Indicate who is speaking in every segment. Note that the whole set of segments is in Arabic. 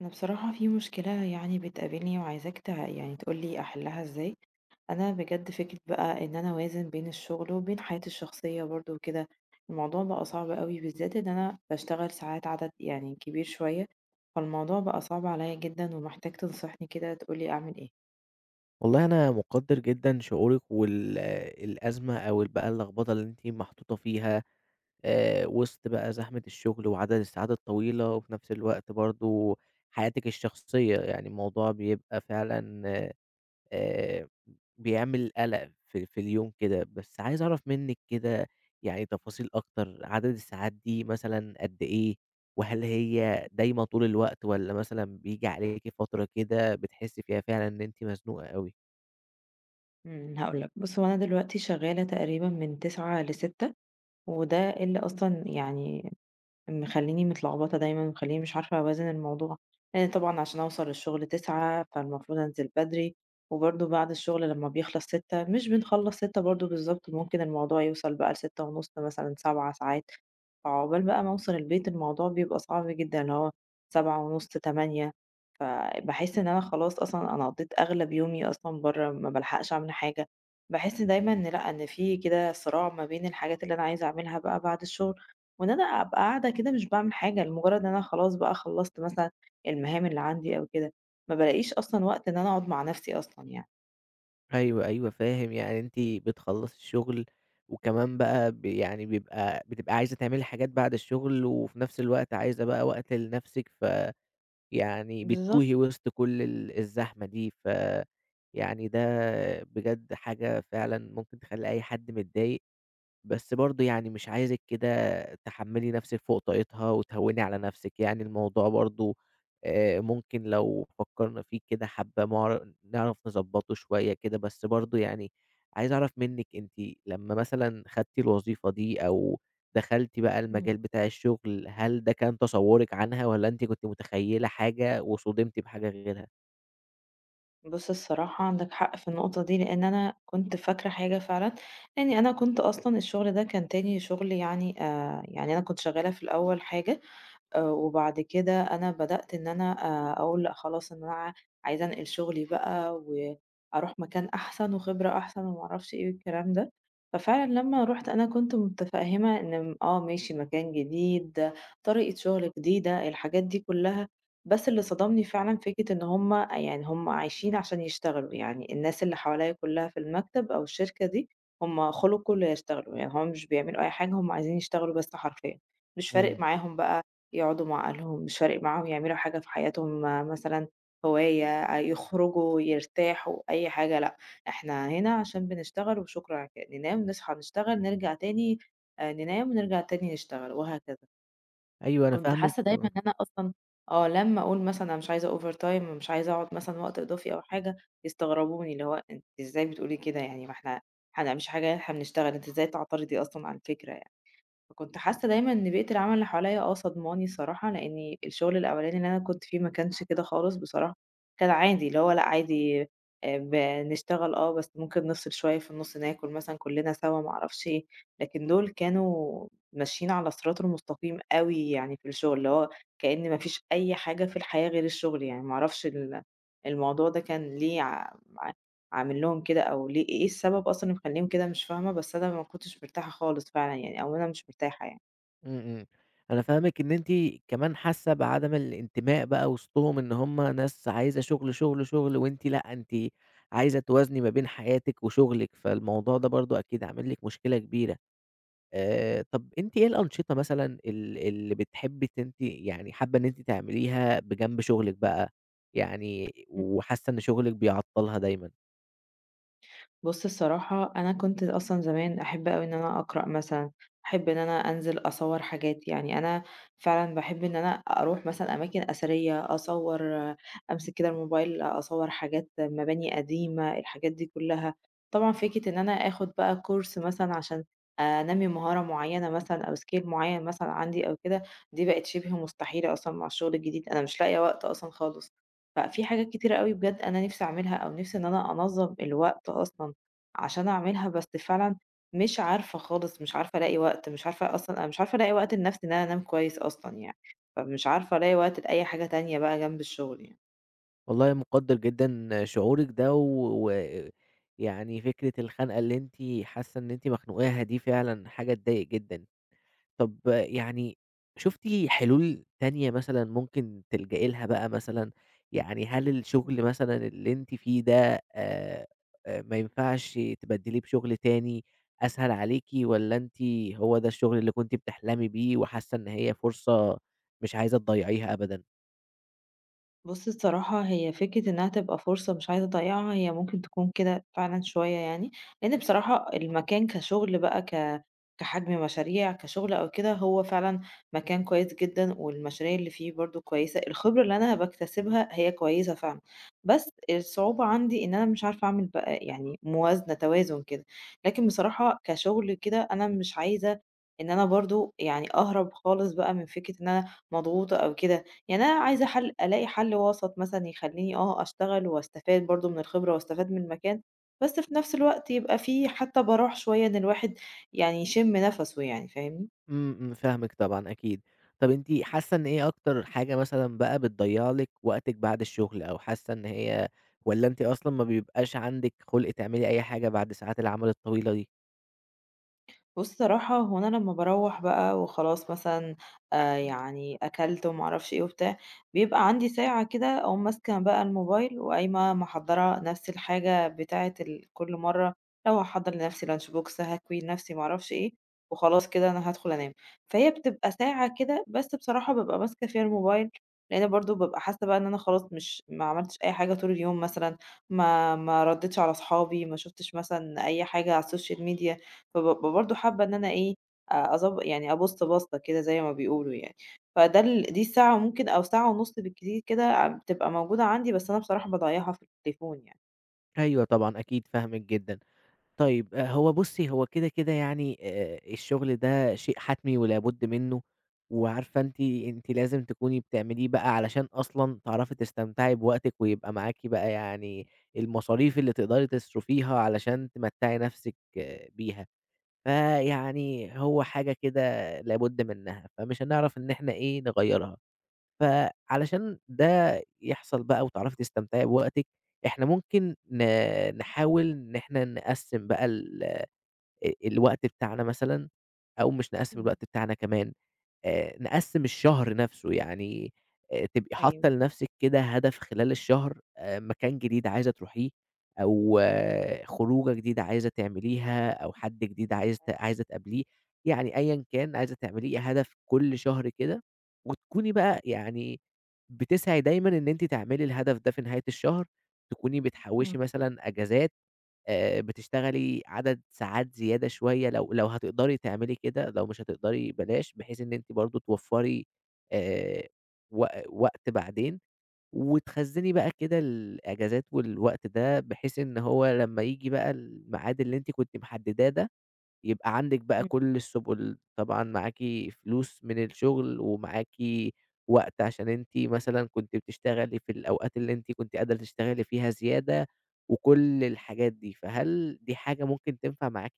Speaker 1: أنا بصراحة في مشكلة، يعني بتقابلني وعايزاك يعني تقولي أحلها إزاي. أنا بجد فكرة بقى إن أنا أوازن بين الشغل وبين حياتي الشخصية برضو وكده. الموضوع بقى صعب قوي، بالذات إن أنا بشتغل ساعات عدد يعني كبير شوية. فالموضوع بقى صعب عليا جدا ومحتاج تنصحني كده تقولي أعمل إيه.
Speaker 2: والله أنا مقدّر جدًا شعورِك الأزمة أو ال بقى اللخبطة اللي أنتِ محطوطة فيها، وسط بقى زحمة الشغل وعدد الساعات الطويلة، وفي نفس الوقت برضه حياتِك الشخصية، يعني الموضوع بيبقى فعلًا آآ، بيعمل قلق في اليوم كده. بس عايز أعرف منِّك كده يعني تفاصيل أكتر، عدد الساعات دي مثلًا قد إيه؟ وهل هي دايمة طول الوقت والّا مثلًا بييجي عليكِ فترة كده بتحسّي فيها فعلًا إن أنتِ مزنوقة أوي؟
Speaker 1: هقولك بص، هو أنا دلوقتي شغالة تقريبا من تسعة لستة، وده اللي أصلا يعني مخلّيني متلخبطة دايمًا، مخلّيني مش عارفة أوازن الموضوع، لإن طبعًا عشان أوصل للشغل 09:00 فالمفروض أنزل بدري، وبرضه بعد الشغل لمّا بيخلص 18:00 مش بنخلّص 18:00 برضه بالضبط، ممكن الموضوع يوصل بقى ل18:30 مثلًا 19:00 ساعات، فعقبال بقى ما أوصل البيت الموضوع بيبقى صعب جدًا، اللي هو 19:30 20:00. فباحس إن أنا خلاص أصلًا أنا قضيت أغلب يومي أصلًا برّه، ما بالحقش أعمل حاجة، باحس دايمًا إن لأ، إن في كده صراع ما بين الحاجات اللي أنا عايزة أعملها بقى بعد الشغل وإن أنا أبقى قاعدة كده مش باعمل حاجة، لمجرد إن أنا خلاص بقى خلّصت مثلًا المهام اللي عندي أو كده، ما بالاقيش أصلًا وقت إن أنا أقعد مع نفسي أصلًا يعني.
Speaker 2: أيوه، أيوه فاهم. يعني أنتِ بتخلّصي الشغل وكمان بقى ب يعني بيبقى بتبقى عايزة تعملي حاجات بعد الشغل، وفي نفس الوقت عايزة بقى وقت لنفسِك، فيعني
Speaker 1: بالضبط.
Speaker 2: بتتوهي وسط كل الزحمة دي، يعني ده بجد حاجة فعلًا ممكن تخلّي أي حد متضايق. بس برضه يعني مش عايزِك كده تحمّلي نفسِك فوق طاقتها، وتهوّني على نفسِك. يعني الموضوع برضه ممكن لو فكّرنا فيه كده حبّة مع نعرف نضبّطه شوية كده. بس برضه يعني عايز أعرف منِّك أنتِ لمّا مثلًا خدتِ الوظيفة دي أو دخلتِ بقى
Speaker 1: إمم.
Speaker 2: المجال بتاع الشغل، هل ده كان تصوُّرِك عنها والّا أنتِ كنتِ متخيّلة حاجة وصُدمتِ بحاجة غيرها؟
Speaker 1: بُص، الصراحة عندك حق في النقطة دي، لإن أنا كنت فاكرة حاجة فعلًا، لإني أنا كنت أصلًا الشغل ده كان تاني شغل، يعني يعني أنا كنت شغّالة في الأول حاجة، وبعد كده أنا بدأت إن أنا أقول لأ خلاص إن أنا عايزة أنقل شغلي بقى وأروح مكان أحسن وخبرة أحسن وما أعرفش إيه والكلام ده. ففعلًا لمّا رُحت أنا كنت متفهمة إن آه ماشي، مكان جديد، طريقة شغل جديدة، الحاجات دي كلها، بس اللي صدمني فعلًا فكرة إن هُم يعني هُم عايشين عشان يشتغلوا، يعني الناس اللي حواليّا كلها في المكتب أو الشركة دي هُم خُلقوا ليشتغلوا، يعني هُم مش بيعملوا أي حاجة، هُم عايزين يشتغلوا بس حرفيًا. مش
Speaker 2: إمم.
Speaker 1: فارق معاهم بقى يقعدوا مع أهلهم، مش فارق معاهم يعملوا حاجة في حياتهم، آه، مثلًا هواية، آه، يخرجوا، يرتاحوا، أي حاجة لأ، إحنا هنا عشان بنشتغل وشكرًا على كده، ننام، نصحى، نشتغل، نرجع تاني، ننام، نرجع تاني نشتغل، وهكذا.
Speaker 2: أيوه أنا
Speaker 1: فكنت
Speaker 2: فاهمِك،
Speaker 1: حاسة دايمًا
Speaker 2: آه.
Speaker 1: إن أنا أصلًا آه، لمّا أقول مثلًا أنا مش عايزة overtime، مش عايزة أقعد مثلًا وقت إضافي أو حاجة، يستغربوني، اللي هو أنتِ إزاي بتقولي كده، يعني ما إحنا ما بنعملش حاجة، إحنا بنشتغل، أنتِ إزاي تعترضي أصلًا على الفكرة يعني؟ فكنت حاسة دايمًا إن بيئة العمل اللي حواليّا آه صدماني الصراحة، لإني الشغل الأولاني اللي أنا كنت فيه ما كانش كده خالص بصراحة، كان عادي، اللي هو لأ عادي بنشتغل آه، بس ممكن نفصل شوية في النُص ناكل مثلًا كلنا سوا ما أعرفش إيه، لكن دول كانوا ماشيين على الصراط المستقيم أوي يعني في الشغل، اللي هو كأن ما فيش أي حاجة في الحياة غير الشغل يعني. ما أعرفش الموضوع ده كان ليه أعمل لهم كده أو ليه، إيه السبب أصلًا اللي مخلّيهم كده، مش فاهمة، بس أنا ما كنتش مرتاحة خالص فعلًا يعني، أو أنا مش مرتاحة يعني.
Speaker 2: إمم، إمم. أنا فاهمِك إن أنتِ كمان حاسة بعدم الانتماء بقى وسطهم، إن هم ناس عايزة شغل، شغل، شغل، وأنتِ لأ، أنتِ عايزة توازني ما بين حياتِك وشغلِك، فالموضوع ده برضه أكيد عامل لِك مشكلة كبيرة. طب أنتِ إيه الأنشطة مثلًا ال اللي بتحبي ت أنتِ يعني حابة إن أنتِ تعمليها بجنب شغلِك بقى، يعني وحاسة إن شغلِك بيعطلها دايمًا؟
Speaker 1: بُص، الصراحة أنا كنت أصلًا زمان أحب أوي إن أنا أقرأ مثلًا، أحب إن أنا أنزل أصوّر حاجات، يعني أنا فعلًا باحب إن أنا أروح مثلًا أماكن أثرية، أصوّر، آه، أمسك كده الموبايل أصوّر حاجات مباني قديمة، الحاجات دي كلّها. طبعًا فكرة إن أنا آخُد بقى course مثلًا عشان أنمّي مهارة معيّنة مثلًا أو skill معيّن مثلًا عندي أو كده، دي بقت شِبه مستحيلة أصلًا مع الشغل الجديد، أنا مش لاقية وقت أصلًا خالص. ففي حاجات كتيرة أوي بجد أنا نِفْسي أعملها، أو نِفْسي إن أنا أنظّم الوقت أصلًا عشان أعملها، بس فعلًا مش عارفة خالص، مش عارفة ألاقي وقت، مش عارفة أصلًا، أنا مش عارفة ألاقي وقت لنفسي إن أنا أنام كويس أصلًا يعني، فمش عارفة ألاقي وقت لأي حاجة تانية بقى جنب الشغل يعني.
Speaker 2: والله مقدّر جدًا شعورِك ده، ويعني فكرة الخنقة اللي أنتِ حاسة إن أنتِ مخنوقاها دي فعلًا حاجة تضايق جدًا. طب يعني شُفتِ حلول تانية مثلًا ممكن تلجئي لها بقى مثلًا؟ يعني هل الشغل مثلًا اللي أنتِ فيه ده ما ينفعش تبدّليه بشغل تاني أسهل عليكِ، والّا هو ده الشغل اللي كنتِ بتحلمي بيه وحاسة إن هي فرصة مش عايزة تضيّعيها أبدًا؟
Speaker 1: بُص، الصراحة هي فكرة إنها تبقى فرصة مش عايزة أضيّعها، هي ممكن تكون كده فعلًا شوية يعني، لإن بصراحة المكان كشغل بقى، كحجم مشاريع، كشغل أو كده، هو فعلًا مكان كويس جدًا، والمشاريع اللي فيه برضه كويسة، الخبرة اللي أنا باكتسبها هي كويسة فعلًا، بس الصعوبة عندي إن أنا مش عارفة أعمل بقى يعني موازنة، توازن كده، لكن بصراحة كشغل كده أنا مش عايزة إن أنا برضه يعني أهرب خالص بقى من فكرة إن أنا مضغوطة أو كده. يعني أنا عايزة حل، ألاقي حل وسط مثلًا يخلّيني آه أشتغل واستفاد برضه من الخبرة واستفاد من المكان، بس في نفس الوقت يبقى في حتى براح شوية إن الواحد يعني يشم نَفَسه يعني، فاهمني؟
Speaker 2: إمم، إمم، فاهمِك طبعًا أكيد. طَب أنتِ حاسة إن إيه أكتر حاجة مثلًا بقى بتضيّع لِك وقتِك بعد الشغل، أو حاسة إن هي والّا أنتِ أصلًا ما بيبقاش عندِك خُلْق تعملي أي حاجة بعد ساعات العمل الطويلة دي؟
Speaker 1: بُص، صراحة هو أنا لمّا باروّح بقى وخلاص مثلًا، يعني أكلت وما أعرفش إيه وبتاع، بيبقى عندي ساعة كده أقوم ماسكة بقى الموبايل وقايمة محضّرة نَفْس الحاجة بتاعة كل مرّة، لو هاحضّر لنَفْسي lunch box، هاكوي لنَفْسي، ما أعرفش إيه، وخلاص كده أنا هادخل أنام. فهي بتبقى ساعة كده بس، بصراحة بابقى ماسكة فيها الموبايل، لإن برضه بابقى حاسة بقى إن أنا خلاص مش ما عملتش أي حاجة طول اليوم مثلًا، ما ردّيتش على صحابي، ما شُفتش مثلًا أي حاجة على السوشيال media، فب برضه حابة إن أنا إيه، أ أضب يعني أبُص بَصّة كده زي ما بيقولوا يعني. فده دي الساعة، ممكن أو ساعة ونُص بالكتير كده، ع- بتبقى موجودة عندي، بس أنا بصراحة باضيّعها في التليفون يعني.
Speaker 2: أيوه طبعًا، أكيد فاهمِك جدًا. طيب، هو بُصّي، هو كده، كده يعني، الشغل ده شيء حتمي ولا بُد منه، وعارفة أنتِ لازم تكوني بتعمليه بقى علشان أصلًا تعرفي تستمتعي بوقتِك، ويبقى معاكِ بقى يعني المصاريف اللي تقدري تصرفيها علشان تمتّعي نفسِك آه، بيها. فيعني هو حاجة كده لابد منها، فمش هنعرف إن إحنا إيه نغيّرها. فعلشان ده يحصل بقى وتعرفي تستمتعي بوقتِك، إحنا ممكن نحاول إن إحنا نقسّم بقى ال الوقت بتاعنا مثلًا، أو مش نقسّم
Speaker 1: إمم.
Speaker 2: الوقت بتاعنا كمان، نقسّم الشهر نَفْسه. يعني تبقي حاطّة
Speaker 1: أيوه.
Speaker 2: لنَفْسِك كده هدف خلال الشهر، مكان جديد عايزة تروحيه أو آه، خروجة جديدة عايزة تعمليها أو حد جديد
Speaker 1: أيوه.
Speaker 2: عايزة تقابليه. يعني أيًا كان عايزة تعمليه هدف كل شهر كده، وتكوني بقى يعني بتسعي دايمًا إن أنتِ تعملي الهدف ده في نهاية الشهر. تكوني
Speaker 1: إمم.
Speaker 2: بتحوّشي مثلًا أجازات، بتشتغلي عدد ساعات زيادة شوية لو هتقدري تعملي كده، لو مش هتقدري بلاش، بحيث إن أنتِ برضه توفّري آآ وقت بعدين، وتخزّني بقى كده الأجازات والوقت ده، بحيث إن هو لمّا ييجي بقى الميعاد اللي أنتِ كنتِ محدداه ده يبقى عندِك بقى كل السبل. طبعًا معاكِ فلوس من الشغل، ومعاكِ وقت عشان أنتِ مثلًا كنتِ بتشتغلي في الأوقات اللي أنتِ كنتِ قادرة تشتغلي فيها زيادة، وكل الحاجات دي. فهل دي حاجة ممكن تنفع معاكِ؟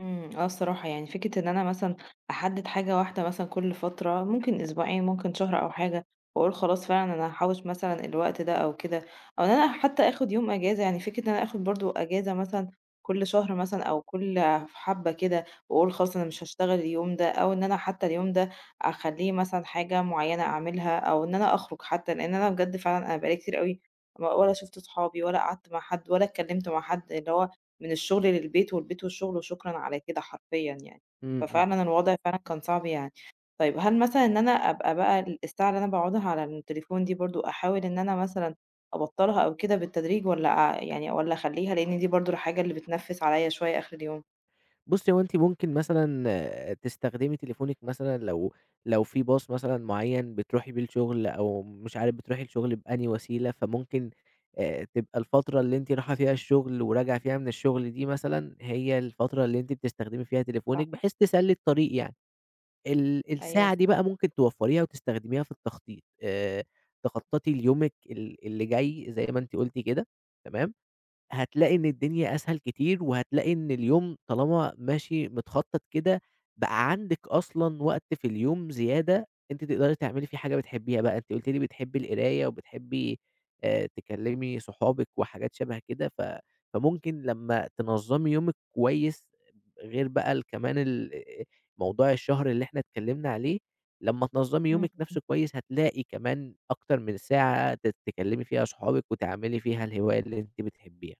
Speaker 1: إمم، آه الصراحة، يعني فكرة إن أنا مثلًا أحدد حاجة واحدة مثلًا كل فترة، ممكن أسبوعين، ممكن شهر أو حاجة، وأقول خلاص فعلًا أنا هاحوّش مثلًا الوقت ده أو كده، أو إن أنا حتى آخد يوم إجازة، يعني فكرة إن أنا آخد برضه إجازة مثلًا كل شهر مثلًا أو كل حبّة كده، وأقول خلاص أنا مش هاشتغل اليوم ده، أو إن أنا حتى اليوم ده أخلّيه مثلًا حاجة معيّنة أعملها، أو إن أنا أخرج حتى، لإن أنا بجد فعلًا أنا بقى لي كتير أوي ما ولا شُفت صحابي، ولا قعدت مع حد، ولا اتكلمت مع حد، اللي هو من الشغل للبيت والبيت والشغل وشكرًا على كده حرفيًا يعني.
Speaker 2: إمم، إمم.
Speaker 1: ففعلًا الوضع فعلًا كان صعب يعني. طيب، هل مثلًا إن أنا أبقى بقى الساعة اللي أنا باقعدها على التليفون دي برضه أحاول إن أنا مثلًا أبطّلها أو كده بالتدريج، والّا يعني والّا أخلّيها، لإن دي برضه الحاجة اللي بتنفِّس عليّا شوية آخر اليوم؟
Speaker 2: بُصّي، هو أنتِ ممكن مثلًا آه، تستخدمي تليفونِك مثلًا لو في باص مثلًا معيّن بتروحي بيه الشغل، أو مش عارف بتروحي الشغل بأنهي وسيلة. فممكن تبقى الفترة اللي أنتِ رايحة فيها الشغل وراجعة فيها من الشغل دي مثلًا، هي الفترة اللي أنتِ بتستخدمي فيها
Speaker 1: صح.
Speaker 2: تليفونِك بحيث تسلّي الطريق يعني. ال
Speaker 1: أيوه
Speaker 2: الساعة دي
Speaker 1: صح.
Speaker 2: بقى ممكن توفّريها وتستخدميها في التخطيط، تخطّطي ليومِك اللي جاي زي ما أنتِ قُلتِ كده، تمام؟ هتلاقي إن الدنيا أسهل كتير، وهتلاقي إن اليوم طالما ماشي متخطّط كده، بقى عندِك أصلًا وقت في اليوم زيادة أنتِ تقدري تعملي فيه حاجة بتحبيها بقى. أنتِ قُلتِ لي بتحبي القراية وبتحبي تكلّمي صحابِك وحاجات شَبه كده. فممكن لمّا تنظّمي يومِك كويس غير بقى ال كمان ال موضوع الشهر اللي إحنا اتكلّمنا عليه، لمّا تنظّمي يومِك
Speaker 1: إمم.
Speaker 2: نَفْسه كويس هتلاقي كمان أكتر من ساعة تكلّمي فيها صحابِك وتعملي فيها الهواية اللي أنتِ بتحبيها.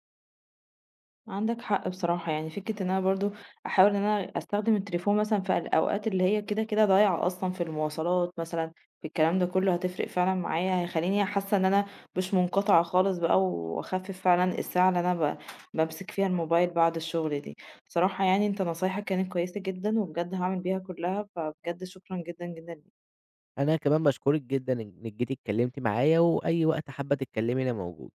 Speaker 1: عندك حق بصراحة، يعني فكرة إن أنا برضو أحاول إن أنا أستخدم التليفون مثلا في الأوقات اللي هي كده كده ضايعة أصلا في المواصلات مثلا، في الكلام ده كله هتفرق فعلا معايا، هيخليني حاسة إن أنا مش منقطعة خالص بقى، وأخفف فعلا الساعة اللي أنا بمسك فيها الموبايل بعد الشغل دي. بصراحة يعني أنت نصايحك كانت كويسة جدا، وبجد هعمل بيها كلها، فبجد شكرا جدا جدا.
Speaker 2: أنا كمان باشكرِك جدًا إنِّك جيتِ اتكلمتِ معايا، وأي وقت حابة تتكلمي أنا موجود.